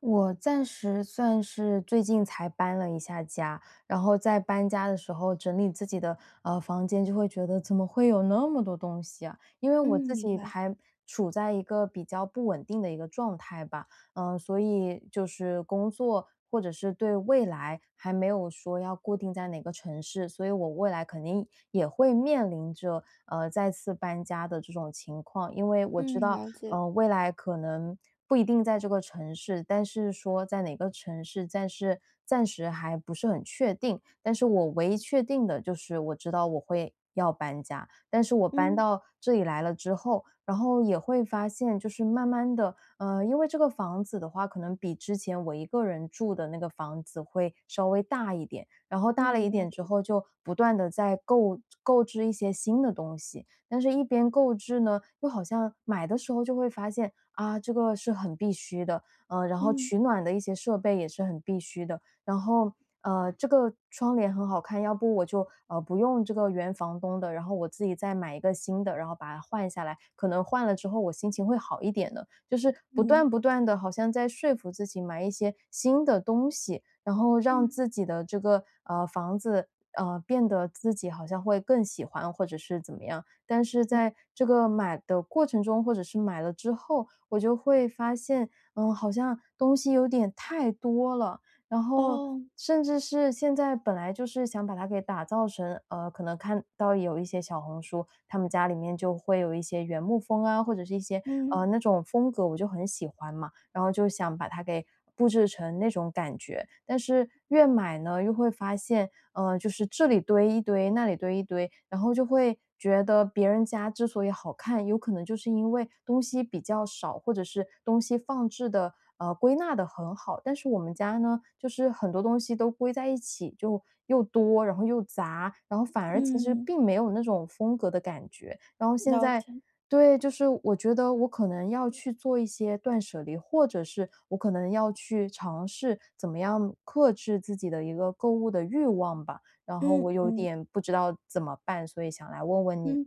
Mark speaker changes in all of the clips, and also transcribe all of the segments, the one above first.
Speaker 1: 我暂时算是最近才搬了一下家，然后在搬家的时候整理自己的房间，就会觉得怎么会有那么多东西啊？因为
Speaker 2: 嗯，
Speaker 1: 我自
Speaker 2: 明
Speaker 1: 己
Speaker 2: 白。
Speaker 1: 还处在一个比较不稳定的一个状态吧，嗯，所以就是工作或者是对未来还没有说要固定在哪个城市，所以我未来肯定也会面临着再次搬家的这种情况，因为我知
Speaker 2: 嗯，
Speaker 1: 道，
Speaker 2: 了解。
Speaker 1: 未来可能不一定在这个城市，但是说在哪个城市，暂时还不是很确定。但是我唯一确定的就是我知道我会要搬家，但是我搬
Speaker 2: 嗯，
Speaker 1: 到这里来了之后，然后也会发现，就是慢慢的，因为这个房子的话，可能比之前我一个人住的那个房子会稍微大一点，然后大了一
Speaker 2: 嗯，了
Speaker 1: 点之
Speaker 2: 解。
Speaker 1: 后，就不断的在购置一些新的东西。但是一边购置呢，又好像买的时候就会发现，啊，这个是很必须的，然后
Speaker 2: 嗯，
Speaker 1: 取暖的一些设备也是很必须的，然后，这个窗帘很好看，要不我就，不用这个原房东的，然后我自己再买一个新的，然后把它换下来，可能换了之后我心情会好一点的。就是不
Speaker 2: 嗯，
Speaker 1: 断不断的，好像在说服自己买一些新的东西，然后让
Speaker 2: 嗯，
Speaker 1: 自己的这个，房子，变得自己好像会更喜欢或者是怎么样。但是
Speaker 2: 了
Speaker 1: 在这个买的过程中，或者是买了之后，我就会发现，嗯，好像东西有点太多了，然后
Speaker 2: 哦，
Speaker 1: 甚至是现在本来就是想把它给打造成，可能看到有一些小红书，他们家里面就会有一些原木风啊，或者是一些
Speaker 2: 嗯，
Speaker 1: 那种风格，我就很喜欢嘛。然后就想把它给布置成那种感觉。但是越买呢，又会发现，就是这里堆一堆，那里堆一堆，然后就会觉得别人家之所以好看，有可能就是因为东西比较少，或者是东西放置的归纳的很好。但是我们家呢，就是很多东西都归在一起，就又多，然后又杂，然后反而其实
Speaker 2: 嗯，
Speaker 1: 并没有那种风格的感觉。然后现
Speaker 2: 了
Speaker 1: 在
Speaker 2: 解。
Speaker 1: 对，就是我觉得我可能要去做一些断舍离，或者是我可能要去尝试怎么样克制自己的一个购物的欲望吧。然后我
Speaker 2: 嗯，
Speaker 1: 有
Speaker 2: 嗯。
Speaker 1: 点不知道怎么办，所以想来问问你。
Speaker 2: 嗯，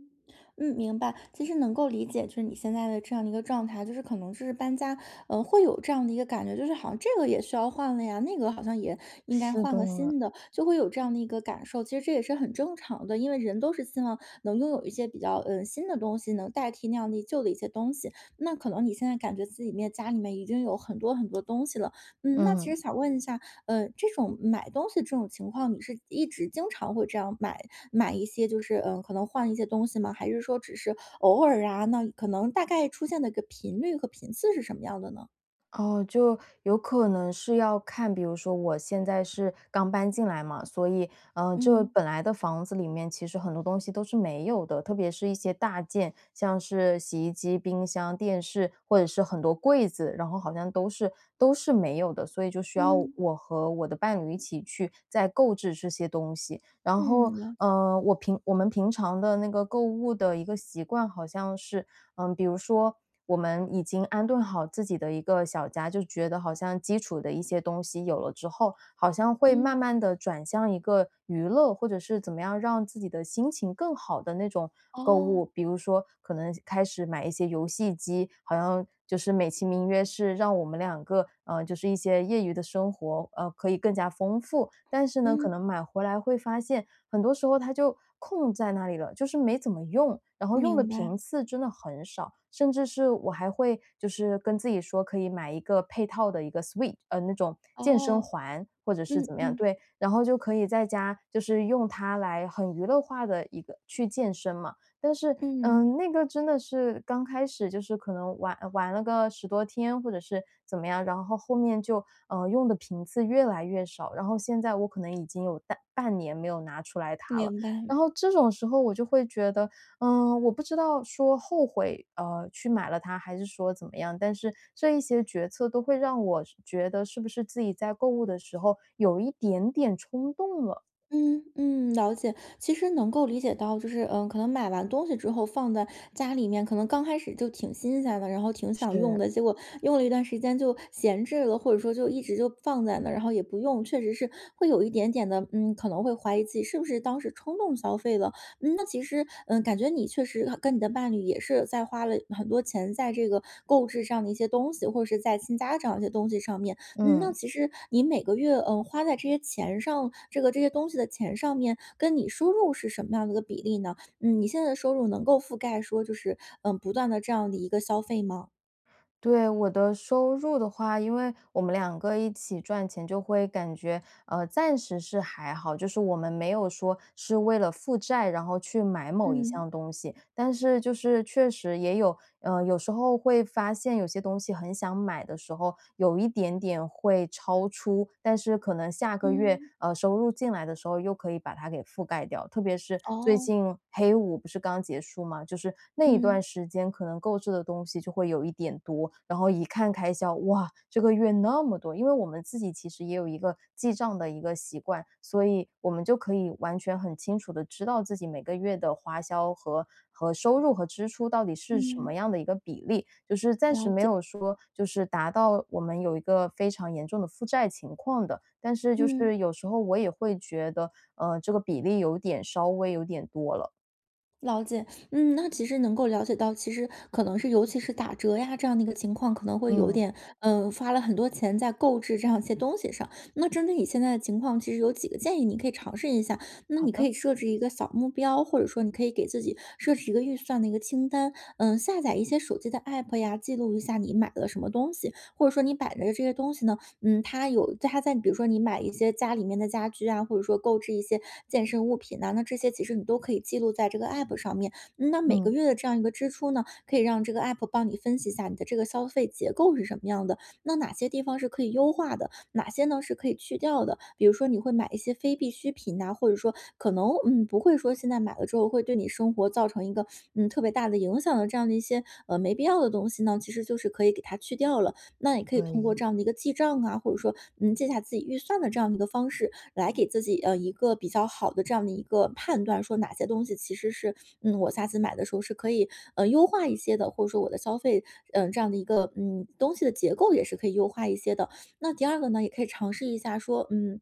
Speaker 2: 嗯，明白。其实能够理解，就是你现在的这样的一个状态，就是可能就是搬家，会有这样的一个感觉，就是好像这个也需要换了呀，那个好像也应该
Speaker 1: 是
Speaker 2: 换
Speaker 1: 的，
Speaker 2: 个新的，就会有这样的一个感受。其实这也是很正常的，因为人都是希望能拥有一些比较新的东西，能代替那样的旧的一些东西。那可能你现在感觉自己家里面已经有很多很多东西了，那其实
Speaker 1: 嗯。
Speaker 2: 想问一下，这种买东西这种情况，你是一直经常会这样买一些就是，可能换一些东西吗？还是说只是偶尔啊，那可能大概出现的一个频率和频次是什么样的呢？
Speaker 1: 哦，就有可能是要看，比如说我现在是刚搬进来嘛，所以，嗯，这
Speaker 2: 嗯，
Speaker 1: 本来的房子里面其实很多东西都是没有的，特别是一些大件，像是洗衣机、冰箱、电视，或者是很多柜子，然后好像都是都是没有的，所以就需要
Speaker 2: 嗯，
Speaker 1: 我和我的伴侣一起去再购置这些东西。然后，
Speaker 2: 嗯，了解。
Speaker 1: 嗯，我们平常的那个购物的一个习惯好像是，嗯，比如说我们已经安顿好自己的一个小家，就觉得好像基础的一些东西有了之后，好像会
Speaker 2: 嗯，
Speaker 1: 慢慢的转向一个娱乐，或者是怎么样让自己的心情更好的那种购
Speaker 2: 哦，
Speaker 1: 物。比如说可能开始买一些游戏机，好像就是美其名曰是让我们两个，就是一些业余的生活，可以更加丰富。但是呢，可
Speaker 2: 嗯，
Speaker 1: 能买回来会发现，很多时候它就空在那里了，就是没怎么用，然后用的
Speaker 2: 明白。
Speaker 1: 频次真的很少，甚至是我还会就是跟自己说可以买一个配套的一个 Sweet，那种健身
Speaker 2: 哦，
Speaker 1: 环或者是
Speaker 2: 嗯
Speaker 1: 怎
Speaker 2: 嗯
Speaker 1: 么样，
Speaker 2: 嗯。
Speaker 1: 对，然后就可以在家就是用它来很娱乐化的一个去健身嘛。但
Speaker 2: 嗯，明白
Speaker 1: 是，
Speaker 2: 哦嗯嗯嗯
Speaker 1: 嗯，那个真的是刚开始就是可能玩了个十多天或者是怎么样，然后后面就，用的频次越来越少，然后现在我可能已经有半年没有拿出来它了，
Speaker 2: 明白
Speaker 1: 然后这种时候我就会觉得，嗯，我不知道说后悔，去买了它，还是说怎么样，但是这一些决策都会让我是觉得是不是自己在购物的时候有一点点冲动了。
Speaker 2: 嗯嗯，了解。其实能够理解到，就是可能买完东西之后放在家里面，可能刚开始就挺新鲜的，然后挺想用
Speaker 1: 是，
Speaker 2: 的，结果用了一段时间就闲置了，或者说就一直就放在那，然后也不用，确实是会有一点点的，可能会怀疑自己是不是当时冲动消费了。那其实感觉你确实跟你的伴侣也是在花了很多钱在这个购置这样的一些东西，或者是在新家这样一些东西上面。那
Speaker 1: 嗯。
Speaker 2: 其实你每个月，花在这些钱上，这些东西的钱上面，跟你收入是什么样的一个比例呢？你现在的收入能够覆盖说就是，不断的这样的一个消费吗？
Speaker 1: 对，我的收入的话，因为我们两个一起赚钱，就会感觉，暂时是还好，就是我们没有说是为了负债，然后去买某一
Speaker 2: 嗯，
Speaker 1: 项东西，但是就是确实也有，有时候会发现有些东西很想买的时候，有一点点会超出，但是可能下个月
Speaker 2: 嗯，
Speaker 1: 收入进来的时候，又可以把它给覆盖掉。特别是最
Speaker 2: 哦，
Speaker 1: 近黑五不是刚结束嘛，就是那一段
Speaker 2: 嗯，
Speaker 1: 时间可能购置的东西就会有一点多，然后一看开销，哇，这个月那么。这么多，因为我们自己其实也有一个记账的一个习惯，所以我们就可以完全很清楚的知道自己每个月的花销和收入和支出到底是什么
Speaker 2: 嗯，
Speaker 1: 样的一个比例，就是暂时
Speaker 2: 了
Speaker 1: 没
Speaker 2: 解，
Speaker 1: 有说就是达到我们有一个非常严重的负债情况的，但是就
Speaker 2: 嗯。
Speaker 1: 是有时候我也会觉得，这个比例有点稍微有点多了。
Speaker 2: 了解，那其实能够了解到，其实可能是尤其是打折呀这样的一个情况，可能会有
Speaker 1: 嗯，
Speaker 2: 点，花了很多钱在购置这样一些东西上。那针对你现在的情况，其实有几个建议你可以尝试一下。那
Speaker 1: 好
Speaker 2: 你可以
Speaker 1: 的，
Speaker 2: 设置一个小目标，或者说你可以给自己设置一个预算的一个清单，下载一些手机的 app 呀，记录一下你买了什么东西，或者说你买的这些东西呢，它在比如说你买一些家里面的家居啊，或者说购置一些健身物品呐、那这些其实你都可以记录在这个 app 上面。那每个
Speaker 1: 嗯。
Speaker 2: 月的这样一个支出呢，可以让这个 app 帮你分析一下你的这个消费结构是什么样的，那哪些地方是可以优化的，哪些呢是可以去掉的。比如说你会买一些非必需品呐、或者说可能不会说现在买了之后会对你生活造成一个特别大的影响的这样的一些没必要的东西呢，其实就是可以给它去掉了。那也可以
Speaker 1: 可
Speaker 2: 通过
Speaker 1: 以，
Speaker 2: 这样的一个记账啊，或者说，记下自己预算的这样的一个方式，来给自己一个比较好的这样的一个判断，说哪些东西其实是，我下次买的时候是可以优化一些的，或者说我的消费，这样的一个东西的结构也是可以优化一些的。那第二个呢，也可以尝试一下说，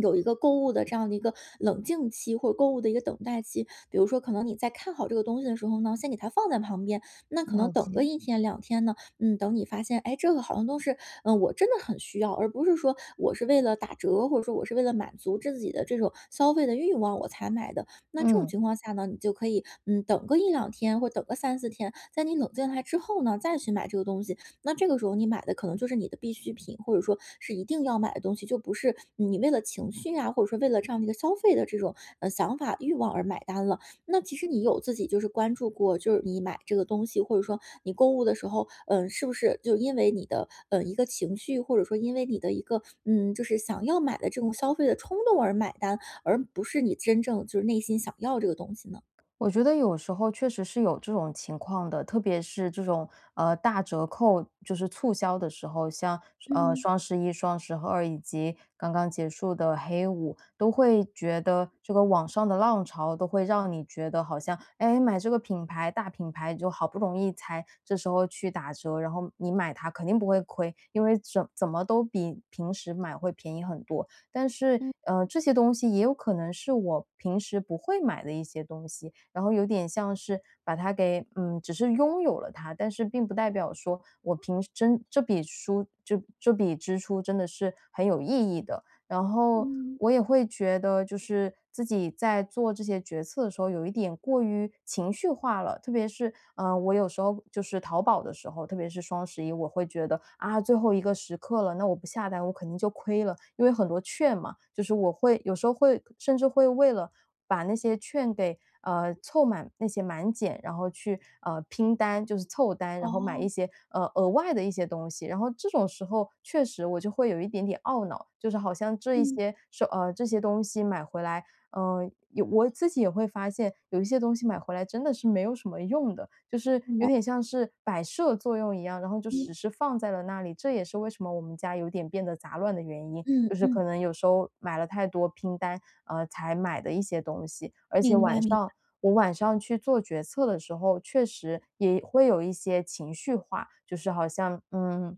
Speaker 2: 有一个购物的这样的一个冷静期，或者购物的一个等待期。比如说，可能你在看好这个东西的时候呢，先给它放在旁边，那可能
Speaker 1: 了
Speaker 2: 等个
Speaker 1: 解。
Speaker 2: 一天两天呢，等你发现，哎，这个好像都是，我真的很需要，而不是说我是为了打折，或者说我是为了满足自己的这种消费的欲望我才买的。那这种
Speaker 1: 嗯。
Speaker 2: 情况下呢，你就可以，等个一两天或者等个三四天，在你冷静下来之后呢，再去买这个东西。那这个时候你买的可能就是你的必需品，或者说是一定要买的东西，就不是你为了情绪啊，或者说为了这样的一个消费的这种想法欲望而买单了。那其实你有自己就是关注过，就是你买这个东西，或者说你购物的时候，是不是就因为你的一个情绪，或者说因为你的一个就是想要买的这种消费的冲动而买单，而不是你真正就是内心想要这个东西呢？
Speaker 1: 我觉得有时候确实是有这种情况的，特别是这种大折扣，就是促销的时候，像
Speaker 2: 嗯
Speaker 1: 双十一、双十二以及刚刚结束的黑五，都会觉得这个网上的浪潮都会让你觉得好像，哎，买这个品牌大品牌就好不容易才这时候去打折，然后你买它肯定不会亏，因为怎么都比平时买会便宜很多。但是，这些东西也有可能是我平时不会买的一些东西，然后有点像是把它给嗯，只是拥有了它，但是并不代表说我平时真这笔书这这笔支出真的是很有意义的。然后
Speaker 2: 嗯，
Speaker 1: 我也会觉得，就是自己在做这些决策的时候，有一点过于情绪化了。特别是，我有时候就是淘宝的时候，特别是双十一，我会觉得啊，最后一个时刻了，那我不下单，我肯定就亏了，因为很多券嘛，就是我会有时候会甚至会为了把那些券给凑满那些满减，然后去拼单，就是凑单，然后买
Speaker 2: 哦，
Speaker 1: 一些额外的一些东西。然后这种时候，确实我就会有一点点懊恼，就是好像这一
Speaker 2: 嗯，
Speaker 1: 些是这些东西买回来，我自己也会发现，有一些东西买回来真的是没有什么用的，就是
Speaker 2: 明
Speaker 1: 有
Speaker 2: 白
Speaker 1: 点像是摆设作用一样，然后就
Speaker 2: 嗯
Speaker 1: 只是放在了那里。这也是为什么我们家有点变得杂乱的原因，
Speaker 2: 嗯
Speaker 1: 就是可
Speaker 2: 嗯，
Speaker 1: 能有时候买了太多拼单，才买的一些东西。而且
Speaker 2: 明白
Speaker 1: 晚
Speaker 2: 明
Speaker 1: 上
Speaker 2: 白，
Speaker 1: 晚上去做决策的时候，确实也会有一些情绪化，就是好像，嗯，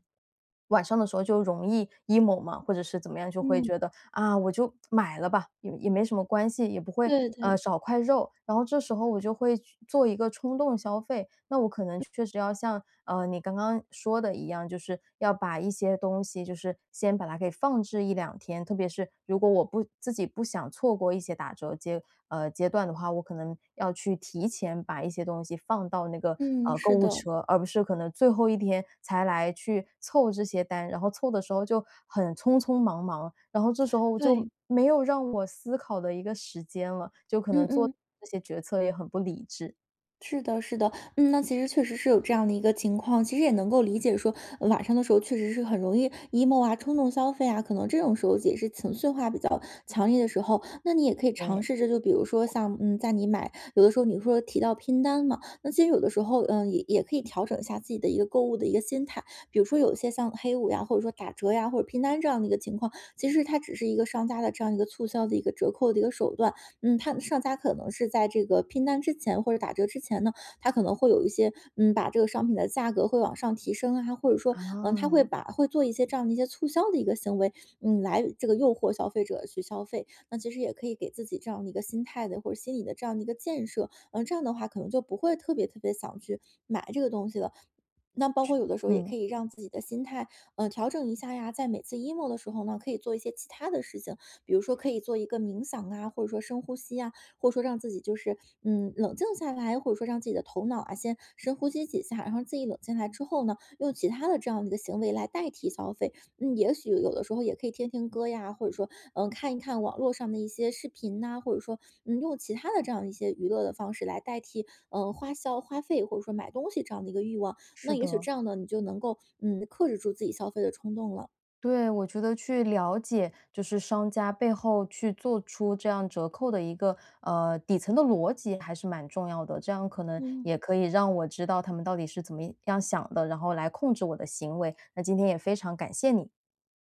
Speaker 1: 晚上的时候就容易 emo 嘛，或者是怎么样，就会
Speaker 2: 嗯，
Speaker 1: 觉得啊，我就买了吧，也没什么关系，也不会
Speaker 2: 对对
Speaker 1: 少块肉。然后这时候我就会去做一个冲动消费，那我可能确实要像你刚刚说的一样，就是要把一些东西就是先把它给放置一两天，特别是如果不自己不想错过一些打折节阶段的话，我可能要去提前把一些东西放到那个，
Speaker 2: 嗯，
Speaker 1: 购
Speaker 2: 是
Speaker 1: 物
Speaker 2: 的，
Speaker 1: 车，而不是可能最后一天才来去凑这些单，然后凑的时候就很匆匆忙忙，然后这时候就
Speaker 2: 对，
Speaker 1: 没有让我思考的一个时间了，就可
Speaker 2: 嗯
Speaker 1: 能做
Speaker 2: 嗯。
Speaker 1: 这些决策也很不理智，
Speaker 2: 是的，是的，那其实确实是有这样的一个情况，其实也能够理解说，晚上的时候确实是很容易 emo 啊，冲动消费啊，可能这种时候也是情绪化比较强烈的时候，那你也可以尝
Speaker 1: 对。
Speaker 2: 试着，就比如说像，在你买，有的时候你说提到拼单嘛，那其实有的时候，也可以调整一下自己的一个购物的一个心态，比如说有些像黑五呀，或者说打折呀，或者拼单这样的一个情况，其实它只是一个商家的这样一个促销的一个折扣的一个手段，他上家可能是在这个拼单之前或者打折之前呢，他可能会有一些，把这个商品的价格会往上提升啊，或者说，
Speaker 1: 啊，
Speaker 2: 他会会做一些这样的一些促销的一个行为，来这个诱惑消费者去消费。那其实也可以给自己这样的一个心态的或者心理的这样的一个建设，这样的话可能就不会特别特别想去买这个东西了。那包括有的时候也可
Speaker 1: 嗯。
Speaker 2: 以让自己的心态，调整一下呀，在每次 emo 的时候呢，可以做一些其他的事情，比如说可以做一个冥想啊，或者说深呼吸啊，或者说让自己就是冷静下来，或者说让自己的头脑啊先深呼吸几下，然后自己冷静下来之后呢，用其他的这样的一个行为来代替消费。嗯，也许有的时候也可以听听歌呀，或者说看一看网络上的一些视频呐、或者说用其他的这样一些娱乐的方式来代替花销花费或者说买东西这样的一个欲望。那
Speaker 1: 是
Speaker 2: 也许
Speaker 1: 的。
Speaker 2: 这样呢，你就能够克制住自己消费的冲动了。
Speaker 1: 对，我觉得去了解就是商家背后去做出这样折扣的一个底层的逻辑还是蛮重要的，这样可能
Speaker 2: 嗯
Speaker 1: 也可以让我知道他们到底是怎么样想的，然后来控制我的行为。那今天也非常感谢你。